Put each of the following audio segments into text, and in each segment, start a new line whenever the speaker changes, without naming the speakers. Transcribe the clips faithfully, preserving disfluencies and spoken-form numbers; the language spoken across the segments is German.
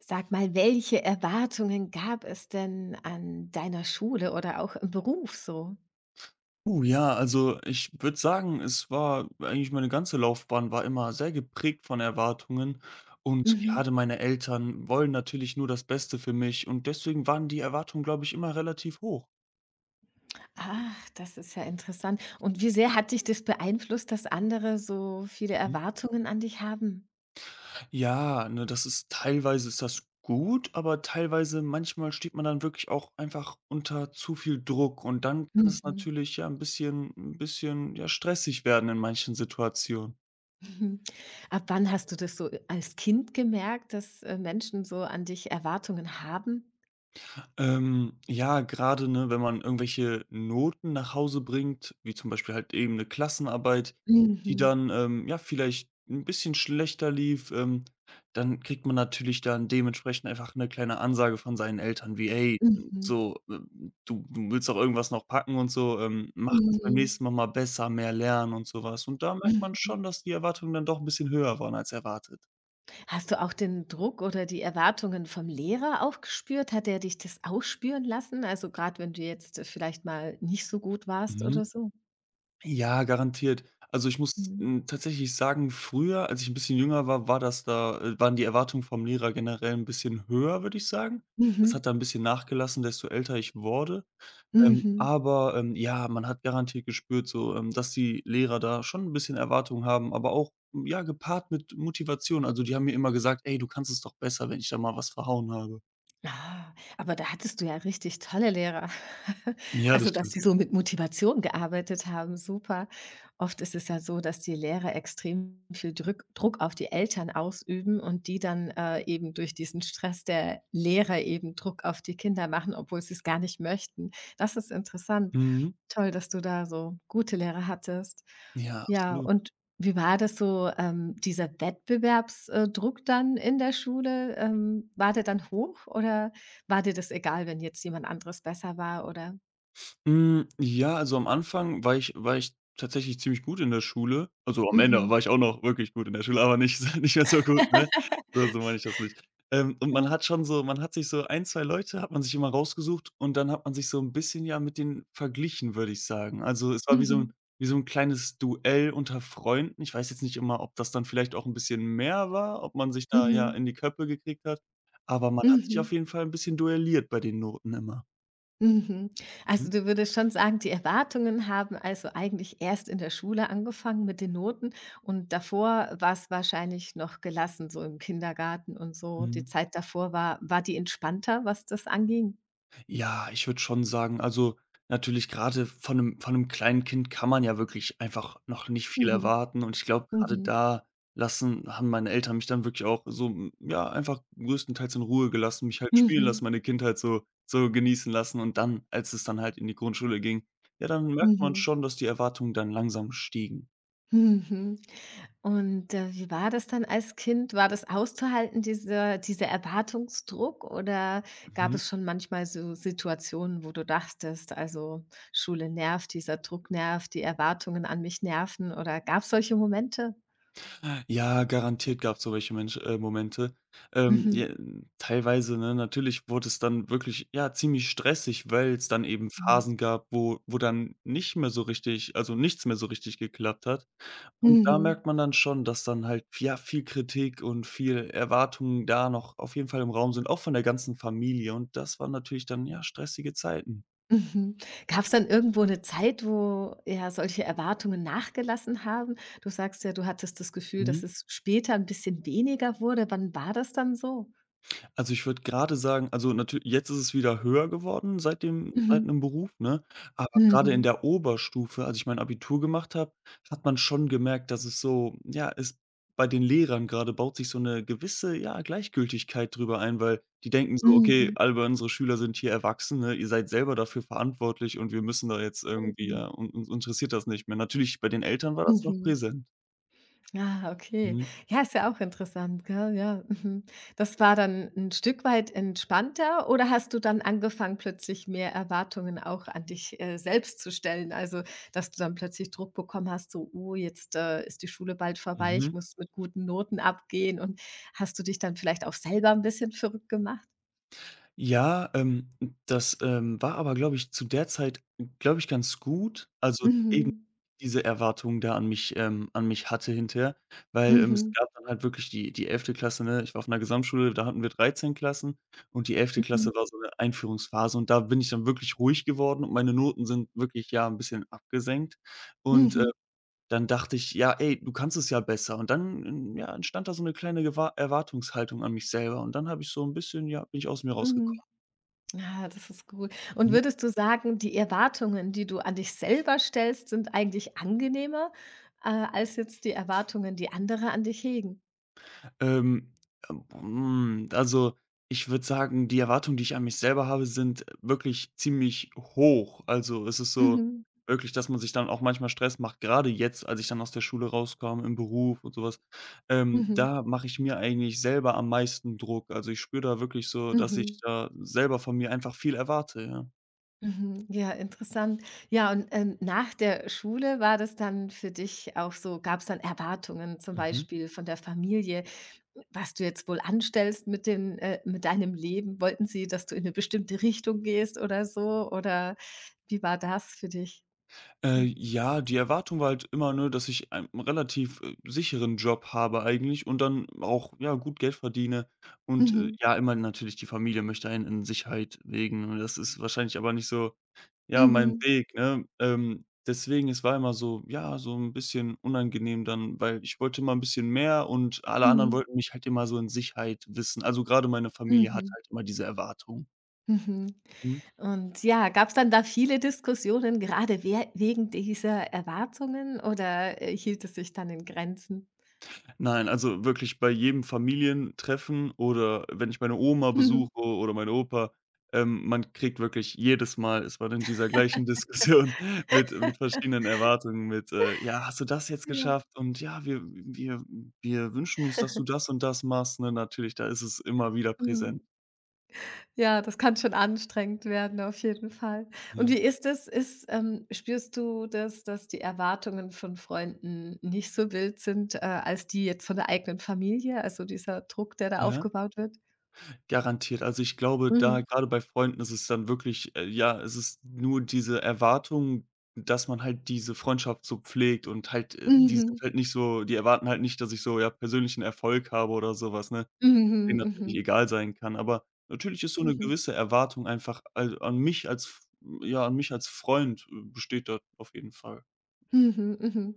Sag mal, welche Erwartungen gab es denn an deiner Schule oder auch im Beruf so?
Uh, ja, also ich würde sagen, es war eigentlich meine ganze Laufbahn war immer sehr geprägt von Erwartungen und
Mhm.
gerade meine Eltern wollen natürlich nur das Beste für mich und deswegen waren die Erwartungen, glaube ich, immer relativ hoch.
Ach, das ist ja interessant. Und wie sehr hat dich das beeinflusst, dass andere so viele
Mhm.
Erwartungen an dich haben?
Ja, ne, das ist teilweise ist das gut, aber teilweise manchmal steht man dann wirklich auch einfach unter zu viel Druck und dann kann es
Mhm.
natürlich ja ein bisschen ein bisschen, ja, stressig werden in manchen Situationen.
Mhm. Ab wann hast du das so als Kind gemerkt, dass äh, Menschen so an dich Erwartungen haben?
Ähm, ja, gerade, ne, wenn man irgendwelche Noten nach Hause bringt, wie zum Beispiel halt eben eine Klassenarbeit,
Mhm.
die dann, ähm, ja, vielleicht ein bisschen schlechter lief. Ähm, dann kriegt man natürlich dann dementsprechend einfach eine kleine Ansage von seinen Eltern wie: „Hey,
Mhm.
so, äh, du du willst doch irgendwas noch packen und so, ähm, mach das beim
Mhm.
nächsten Mal mal besser, mehr lernen“ und sowas. Und da merkt man
Mhm.
schon, dass die Erwartungen dann doch ein bisschen höher waren als erwartet.
Hast du auch den Druck oder die Erwartungen vom Lehrer auch gespürt? Hat er dich das auch spüren lassen? Also gerade wenn du jetzt, äh, vielleicht mal nicht so gut warst
Mhm.
oder so?
Ja, garantiert. Also, ich muss,
Mhm.
hm, tatsächlich sagen, früher, als ich ein bisschen jünger war, war das da äh, waren die Erwartungen vom Lehrer generell ein bisschen höher, würde ich sagen.
Mhm.
Das hat da ein bisschen nachgelassen, desto älter ich wurde. Ähm,
Mhm.
aber, ähm, ja, man hat garantiert gespürt so, ähm, dass die Lehrer da schon ein bisschen Erwartungen haben, aber auch, mm, ja, gepaart mit Motivation. Also, die haben mir immer gesagt: „Ey, du kannst es doch besser“, wenn ich da mal was verhauen habe.
Ah, aber da hattest du ja richtig tolle Lehrer.
Ja, das
Also, dass
stimmt.
sie so mit Motivation gearbeitet haben, super. Oft ist es ja so, dass die Lehrer extrem viel Drück, Druck auf die Eltern ausüben und die dann äh, eben durch diesen Stress der Lehrer eben Druck auf die Kinder machen, obwohl sie es gar nicht möchten. Das ist interessant.
Mhm.
Toll, dass du da so gute Lehrer hattest.
Ja,
Ja,
absolut.
und wie war das so, ähm, dieser Wettbewerbsdruck dann in der Schule? Ähm, war der dann hoch oder war dir das egal, wenn jetzt jemand anderes besser war oder
Hm, ja, also am Anfang war ich war ich tatsächlich ziemlich gut in der Schule. Also, am Ende
Mhm.
war ich auch noch wirklich gut in der Schule, aber nicht so nicht mehr so gut, ne? So so meine ich das nicht. Ähm, und man hat schon so man hat sich so ein zwei Leute hat man sich immer rausgesucht und dann hat man sich so 'n bisschen, ja, mit denen verglichen, würde ich sagen. Also, es war wie so
Mhm.
'n wie so 'n kleines Duell unter Freunden. Ich weiß jetzt nicht immer, ob das dann vielleicht auch 'n bisschen mehr war, ob man sich da, ja,
Mhm.
in die Köpfe gekriegt hat, aber man hat sich auf
Mhm.
jeden Fall 'n bisschen duelliert bei den Noten immer.
Mhm. Also,
Mhm.
du würdest schon sagen, die Erwartungen haben also eigentlich erst in der Schule angefangen mit den Noten und davor war es wahrscheinlich noch gelassen, so im Kindergarten und so. Die
Mhm.
Zeit davor war war die entspannter, was das anging?
Ja, ich würde schon sagen, also, natürlich gerade von einem von einem kleinen Kind kann man ja wirklich einfach noch nicht viel
Mhm.
erwarten und ich glaube, gerade
Mhm.
da lassen haben meine Eltern mich dann wirklich auch so, hm, ja, einfach größtenteils in Ruhe gelassen, mich halt spielen lassen,
Mhm.
meine Kindheit so so genießen lassen und dann, als es dann halt in die Grundschule ging, ja, dann merkt man
Mhm.
schon, dass die Erwartungen dann langsam stiegen.
Mhm. Und, äh, wie war das dann als Kind? War das auszuhalten, dieser dieser Erwartungsdruck oder gab
Mhm.
es schon manchmal so Situationen, wo du dachtest: „Also, Schule nervt, dieser Druck nervt, die Erwartungen an mich nerven“, oder gab es solche Momente?
Ja, garantiert gab es so welche Mensch äh, Momente. Ähm,
Mhm.
ja, teilweise, ne, natürlich wurde es dann wirklich, ja, ziemlich stressig, weil es dann eben
Mhm.
Phasen gab, wo wo dann nicht mehr so richtig also, nichts mehr so richtig geklappt hat. Und da
Mhm.
merkt man dann schon, dass dann halt, ja, viel Kritik und viel Erwartungen da noch auf jeden Fall im Raum sind, auch von der ganzen Familie. Und das waren natürlich dann, ja, stressige Zeiten.
Mhm. Gab's dann irgendwo eine Zeit, wo, ja, solche Erwartungen nachgelassen haben? Du sagst ja, du hattest das Gefühl, dass
Mhm.
es später ein bisschen weniger wurde. Wann war das dann so?
Also, ich würde gerade sagen also, natürlich jetzt ist es wieder höher geworden seit dem seit
Mhm.
'nem Beruf, ne? Aber gerade in
Mhm.
der Oberstufe, als ich mein Abitur gemacht habe, hat man schon gemerkt, dass es so ja, ist bei den Lehrern gerade baut sich so eine gewisse, ja, Gleichgültigkeit drüber ein, weil die denken so: „Okay,
Mhm.
alle unsere Schüler sind hier Erwachsene, ihr seid selber dafür verantwortlich und wir müssen da jetzt irgendwie
Mhm.
ja, un uns interessiert das nicht mehr.“ Natürlich, bei den Eltern war das noch
Mhm.
präsent.
Ah, okay.
Mhm.
Ja, ist ja auch interessant, gell? Ja, mhm. Das war dann 'n Stück weit entspannter oder hast du dann angefangen, plötzlich mehr Erwartungen auch an dich, äh, selbst zu stellen? Also, dass du dann plötzlich Druck bekommen hast, so: „Oh, jetzt, äh, ist die Schule bald vorbei, ich
Mhm.
muss mit guten Noten abgehen.“ Und hast du dich dann vielleicht auch selber 'n bisschen verrückt gemacht?
Ja, ähm, das, ähm, war aber, glaube ich, zu der Zeit, glaube ich, ganz gut. Also, eben
Mhm.
diese Erwartungen da an mich ähm, an mich hatte hinterher, weil, ähm, es
Mhm.
gab dann halt wirklich die die elfte Klasse, ne? Ich war auf einer Gesamtschule, da hatten wir dreizehn Klassen und die elfte
Mhm.
Klasse war so eine Einführungsphase und da bin ich dann wirklich ruhig geworden und meine Noten sind wirklich, ja, ein bisschen abgesenkt und, äh,
Mhm.
dann dachte ich: „Ja, ey, du kannst es ja besser.“ Und dann, hm, ja, entstand da so eine kleine Gewa Erwartungshaltung an mich selber und dann habe ich so ein bisschen ja, bin ich aus mir
Mhm.
rausgekommen.
Ah, das ist gut. Und
Mhm.
würdest du sagen, die Erwartungen, die du an dich selber stellst, sind eigentlich angenehmer, äh, als jetzt die Erwartungen, die andere an dich hegen?
Ähm, hm, also, ich würde sagen, die Erwartungen, die ich an mich selber habe, sind wirklich ziemlich hoch. Also, es ist so
Mhm.
wirklich, dass man sich dann auch manchmal Stress macht. Gerade jetzt, als ich dann aus der Schule rauskam, im Beruf und sowas, Ähm,
Mhm.
da mache ich mir eigentlich selber am meisten Druck. Also, ich spüre da wirklich so, dass ich
Mhm.
da selber von mir einfach viel erwarte, ja.
Mhm. Ja, interessant. Ja, und ähm, nach der Schule war das dann für dich auch so, gab es dann Erwartungen zum
Mhm.
Beispiel von der Familie, was du jetzt wohl anstellst mit, den, äh, mit deinem Leben? Wollten sie, dass du in eine bestimmte Richtung gehst oder so? Oder wie war das für dich?
Äh,
Mhm.
ja, die Erwartung war halt immer, ne, dass ich einen relativ, äh, sicheren Job habe eigentlich und dann auch, ja, gut Geld verdiene und, äh,
Mhm.
ja, immer natürlich die Familie möchte einen in Sicherheit wägen und das ist wahrscheinlich aber nicht so, ja, mein
Mhm.
Weg, ne? Ähm, deswegen, es war immer so, ja, so ein bisschen unangenehm dann, weil ich wollte immer ein bisschen mehr und alle anderen
Mhm.
wollten mich halt immer so in Sicherheit wissen. Also, gerade meine Familie hat
Mhm.
halt immer diese Erwartung.
Mhm.
Mhm.
Und ja, gab es dann da viele Diskussionen, gerade wer wegen dieser Erwartungen oder, äh, hielt es sich dann in Grenzen?
Nein, also wirklich bei jedem Familientreffen oder wenn ich meine Oma
Mhm.
besuche oder meinen Opa, ähm, man kriegt wirklich jedes Mal es war in dieser gleichen Diskussion mit mit verschiedenen Erwartungen, mit, äh: „Ja, hast du das jetzt
Ja.
geschafft?“ Und: „Ja, wir wir wir wünschen uns, dass du das und das machst“, ne? Natürlich, da ist es immer wieder präsent.
Mhm. Ja, das kann schon anstrengend werden auf jeden Fall. Und
Ja.
wie ist es? Ist ähm, spürst du das, dass die Erwartungen von Freunden nicht so wild sind, äh, als die jetzt von der eigenen Familie, also dieser Druck, der da
Ja?
aufgebaut wird?
Garantiert. Also, ich glaube, da
Mhm.
gerade bei Freunden ist es dann wirklich äh, ja, es ist nur diese Erwartung, dass man halt diese Freundschaft so pflegt und halt, äh die
Mhm.
sind halt nicht so die erwarten halt nicht, dass ich so, ja, persönlichen Erfolg habe oder sowas, ne? Denen
Mhm.
natürlich
Mhm.
egal sein kann. Aber natürlich ist so eine
Mhm.
gewisse Erwartung einfach al an mich als f ja, an mich als Freund, äh, besteht da auf jeden Fall.
Mhm, mhm.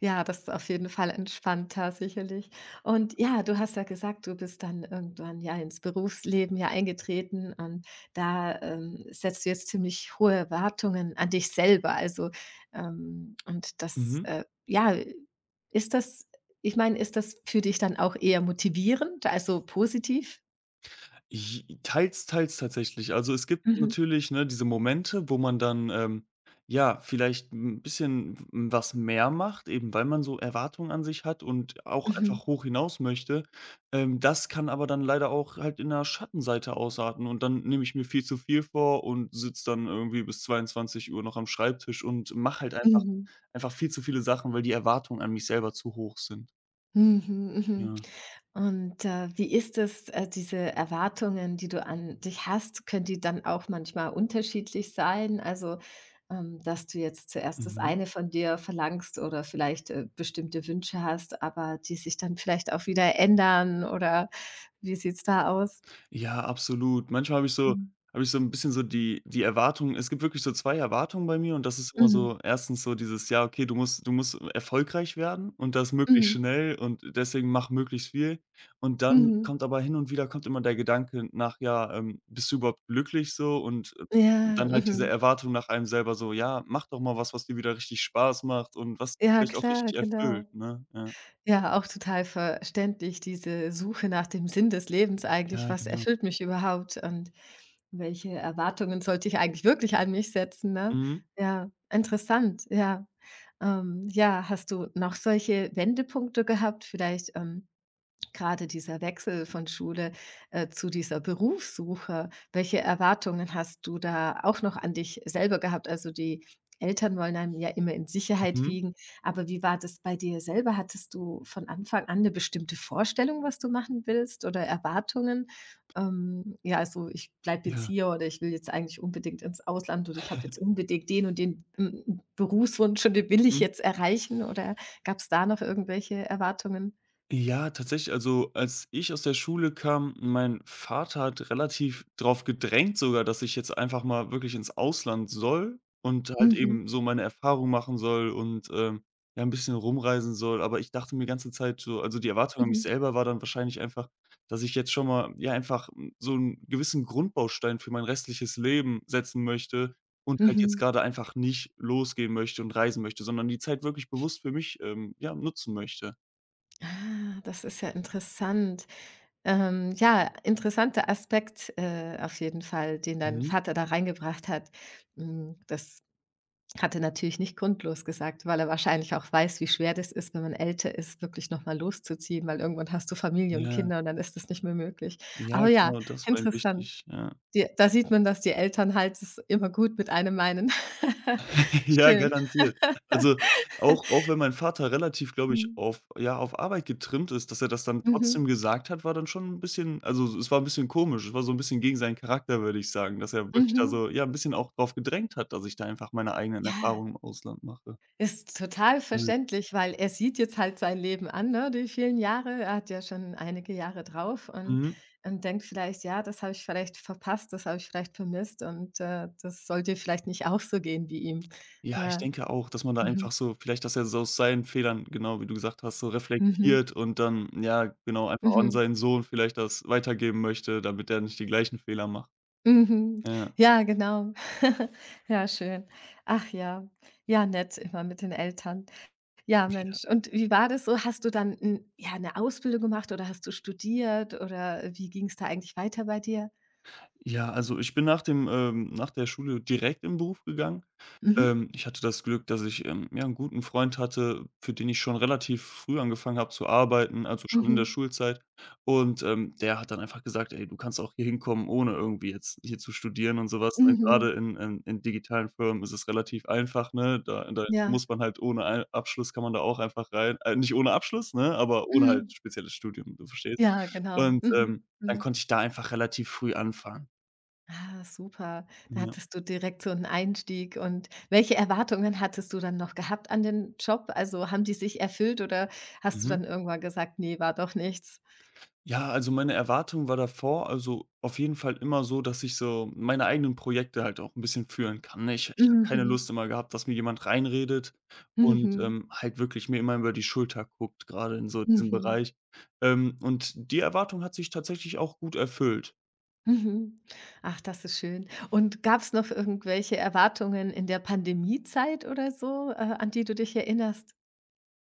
Ja, das ist auf jeden Fall entspannter, sicherlich. Und ja, du hast ja gesagt, du bist dann irgendwann ja ins Berufsleben ja eingetreten und da, ähm, setzt du jetzt ziemlich hohe Erwartungen an dich selber. Also, ähm, und das,
Mhm.
äh, ja, ist das ich meine, ist das für dich dann auch eher motivierend, also positiv?
J Teils, teils tatsächlich. Also, es gibt
Mhm.
natürlich, ne, diese Momente, wo man dann, ähm, ja, vielleicht ein bisschen was mehr macht, eben weil man so Erwartungen an sich hat und auch
Mhm.
einfach hoch hinaus möchte. Ähm, das kann aber dann leider auch halt in 'ner Schattenseite ausarten und dann nehme ich mir viel zu viel vor und sitze dann irgendwie bis zweiundzwanzig Uhr noch am Schreibtisch und mache halt einfach
Mhm.
einfach viel zu viele Sachen, weil die Erwartungen an mich selber zu hoch sind.
Mhm, mhm.
Ja.
Und, äh, wie ist es, äh, diese Erwartungen, die du an dich hast, können die dann auch manchmal unterschiedlich sein? Also, ähm, dass du jetzt zuerst das
Mhm.
eine von dir verlangst oder vielleicht, äh, bestimmte Wünsche hast, aber die sich dann vielleicht auch wieder ändern oder wie sieht's da aus?
Ja, absolut. Manchmal habe ich so
Mhm.
habe ich so ein bisschen so die die Erwartung es gibt wirklich so zwei Erwartungen bei mir und das ist immer
Mhm.
so, erstens so dieses: „Ja, okay, du musst du musst erfolgreich werden und das möglichst
Mhm.
schnell und deswegen mach möglichst viel.“ Und dann
Mhm.
kommt aber hin und wieder kommt immer der Gedanke nach: „Ja, ähm, bist du überhaupt glücklich so?“ Und, äh,
Ja,
dann halt diese
mhm.
Erwartung nach einem selber so: „Ja, mach doch mal was, was dir wieder richtig Spaß macht und was dich
Ja,
vielleicht auch
klar,
richtig
genau.
erfüllt“, ne? Ja.
Ja, auch total verständlich, diese Suche nach dem Sinn des Lebens eigentlich.
Ja,
Was
genau.
erfüllt mich überhaupt und welche Erwartungen sollte ich eigentlich wirklich an mich setzen, ne?
Mhm.
Ja, interessant, ja. Ähm, ja, hast du noch solche Wendepunkte gehabt vielleicht, ähm Gerade dieser Wechsel von Schule, äh, zu dieser Berufssuche. Welche Erwartungen hast du da auch noch an dich selber gehabt? Also, die Eltern wollen einem ja immer in Sicherheit
Mhm.
wiegen, aber wie war das bei dir selber? Hattest du von Anfang an eine bestimmte Vorstellung, was du machen willst oder Erwartungen? Ähm, ja, also: „Ich bleibe jetzt
Ja.
hier“ oder „Ich will jetzt eigentlich unbedingt ins Ausland“ oder „Ich habe jetzt unbedingt den und den, hm, hm, Berufswunsch und den will ich
Mhm.
jetzt erreichen“ oder gab es da noch irgendwelche Erwartungen?
Ja, tatsächlich. Also, als ich aus der Schule kam, mein Vater hat relativ drauf gedrängt sogar, dass ich jetzt einfach mal wirklich ins Ausland soll und halt
Mhm.
eben so meine Erfahrung machen soll und, ähm, ja, ein bisschen rumreisen soll. Aber ich dachte mir die ganze Zeit so also, die Erwartung an mich
Mhm.
selber war dann wahrscheinlich einfach, dass ich jetzt schon mal, ja, einfach, hm, so einen gewissen Grundbaustein für mein restliches Leben setzen möchte und halt jetzt
Mhm.
gerade einfach nicht losgehen möchte und reisen möchte, sondern die Zeit wirklich bewusst für mich, ähm, ja, nutzen möchte.
Ah, das ist ja interessant. Ähm, ja, interessanter Aspekt, äh, auf jeden Fall, den dein
Mhm.
Vater da reingebracht hat. Hm, das hat er natürlich nicht grundlos gesagt, weil er wahrscheinlich auch weiß, wie schwer das ist, wenn man älter ist, wirklich noch mal loszuziehen, weil irgendwann hast du Familie und
Ja,
Kinder und dann ist das nicht mehr möglich.
ja,
Aber ja,
genau, das war ihm
interessant.
wichtig, ja.
Die da sieht man, dass die Eltern halt es immer gut mit einem meinen.
Ja,
Schön.
garantiert. Also, auch auch wenn mein Vater relativ, glaube ich,
Mhm.
auf ja, auf Arbeit getrimmt ist, dass er das dann trotzdem
Mhm.
gesagt hat, war dann schon ein bisschen also, es war ein bisschen komisch. Es war so ein bisschen gegen seinen Charakter, würde ich sagen, dass er wirklich da
Mhm.
so, ja, ein bisschen auch drauf gedrängt hat, dass ich da einfach meine eigenen
Ja.
Erfahrungen im Ausland mache.
Ist total
Ja.
verständlich, weil er sieht jetzt halt sein Leben an, ne, die vielen Jahre. Er hat ja schon einige Jahre drauf und
Mhm.
und denkt vielleicht: „Ja, das habe ich vielleicht verpasst, das habe ich vielleicht vermisst und, äh, das sollte vielleicht nicht auch so gehen wie ihm.“
Ja, ich
Ja.
denke auch, dass man da
Mhm.
einfach so vielleicht, dass er so aus seinen Fehlern, genau wie du gesagt hast, so
Mhm.
reflektiert und dann, ja, genau, einfach an
Mhm.
seinen Sohn vielleicht das weitergeben möchte, damit der nicht die gleichen Fehler macht.
Mhm.
Ja.
Ja, genau. Ja, schön. Ach ja. Ja, nett, immer mit den Eltern. Ja, Mensch. Und wie war das so? Hast du dann 'n ja, eine Ausbildung gemacht oder hast du studiert oder wie ging es da eigentlich weiter bei dir?
Ja, also ich bin nach dem ähm, nach der Schule direkt in den Beruf gegangen.
Mhm.
Ähm, ich hatte das Glück, dass ich, ähm, ja, einen guten Freund hatte, für den ich schon relativ früh angefangen habe zu arbeiten, also schon in der
Mhm.
Schulzeit. Und, ähm, der hat dann einfach gesagt: „Ey, du kannst auch hier hinkommen, ohne irgendwie jetzt hier zu studieren und sowas. Was“, ne?
Mhm.
Grade in in in digitalen Firmen ist es relativ einfach, ne? Da da
Ja.
muss man halt ohne ei Abschluss kann man da auch einfach rein. Äh, nicht ohne Abschluss, ne, aber ohne halt
Mhm.
spezielles Studium, du verstehst.
Ja, genau.
Und,
Mhm.
ähm, dann konnte
Mhm.
ich da einfach relativ früh anfangen.
Ah, super. Da
Ja.
hattest du direkt so 'n Einstieg und welche Erwartungen hattest du dann noch gehabt an den Job? Also, haben die sich erfüllt oder hast du
Mhm.
dann irgendwann gesagt: „Ne, war doch nichts?“
Ja, also meine Erwartung war davor also auf jeden Fall immer so, dass ich so meine eigenen Projekte halt auch ein bisschen führen kann, ne? Ich ich habe keine
Mhm.
Lust immer gehabt, dass mir jemand reinredet und,
Mhm.
ähm, halt wirklich mir immer über die Schulter guckt, gerade in so diesem
Mhm.
Bereich. Ähm, und die Erwartung hat sich tatsächlich auch gut erfüllt.
Mhm. Ach, das ist schön. Und gab's noch irgendwelche Erwartungen in der Pandemiezeit oder so, äh, an die du dich erinnerst?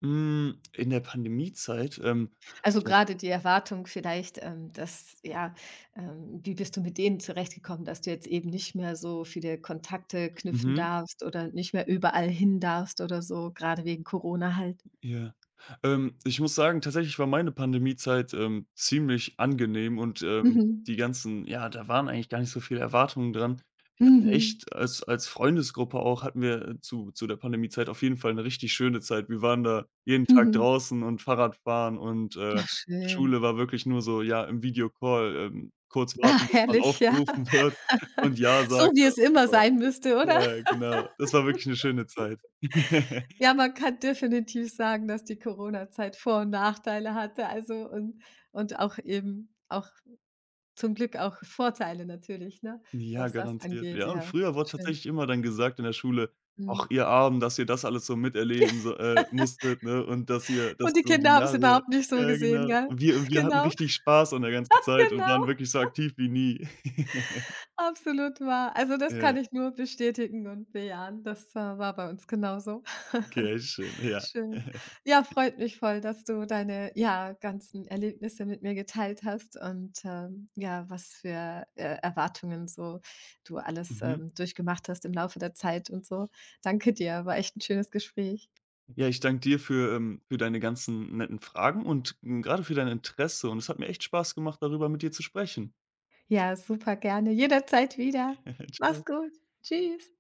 Hm, in der Pandemiezeit, ähm,
Also,
ja,
gerade die Erwartung vielleicht, ähm, dass ja, ähm wie bist du mit denen zurechtgekommen, dass du jetzt eben nicht mehr so viele Kontakte knüpfen
mhm.
darfst oder nicht mehr überall hin darfst oder so, gerade wegen Corona halt?
Ja. Ähm, ich muss sagen, tatsächlich war meine Pandemiezeit, ähm, ziemlich angenehm und, ähm,
Mhm.
die ganzen ja, da waren eigentlich gar nicht so viele Erwartungen dran. Wir hatten
Mhm.
echt als als Freundesgruppe auch hatten wir äh, zu zu der Pandemiezeit auf jeden Fall eine richtig schöne Zeit. Wir waren da jeden Tag
Mhm.
draußen und Fahrradfahren und, äh,
Ach schön.
Schule war wirklich nur so, ja, im Videocall, ähm, kurz
Ah,
warten, bis man
herrlich, ja.
aufgerufen wird und ja
So
sagt.
wie es immer sein müsste, oder?
Ja, genau. Das war wirklich eine schöne Zeit.
Ja, man kann definitiv sagen, dass die Corona-Zeit Vor und Nachteile hatte, also und und auch eben auch zum Glück auch Vorteile natürlich, ne,
Ja,
was das
garantiert.
angeht,
Ja, und
ja,
früher wurde
schön.
tatsächlich immer dann gesagt in der Schule:
Mhm.
„Ach, ihr Armen, dass ihr das alles so miterleben so äh, musstet, ne, und dass ihr dass
Und die
so
Kinder
die
haben's
Jahre“
überhaupt nicht so
ja,
gesehen,
genau.
gell?
Und wir und wir hatten
Genau,
richtig Spaß an der ganzen Zeit und
genau,
waren wirklich so aktiv wie nie.
absolut wahr. Also, das kann
Ja,
ich nur bestätigen und bejahen. Das, äh, war bei uns genauso.
okay, schön, ja.
Schön. Ja, freut mich voll, dass du deine, ja, ganzen Erlebnisse mit mir geteilt hast und, ähm, ja, was für, äh, Erwartungen so du alles,
Mhm.
ähm, durchgemacht hast im Laufe der Zeit und so. Danke dir, war echt 'n schönes Gespräch.
Ja, ich danke dir für, ähm für deine ganzen netten Fragen und grade für dein Interesse und es hat mir echt Spaß gemacht, darüber mit dir zu sprechen.
Ja, super gerne. Jederzeit wieder. Mach's
Tschau.
gut. Tschüss.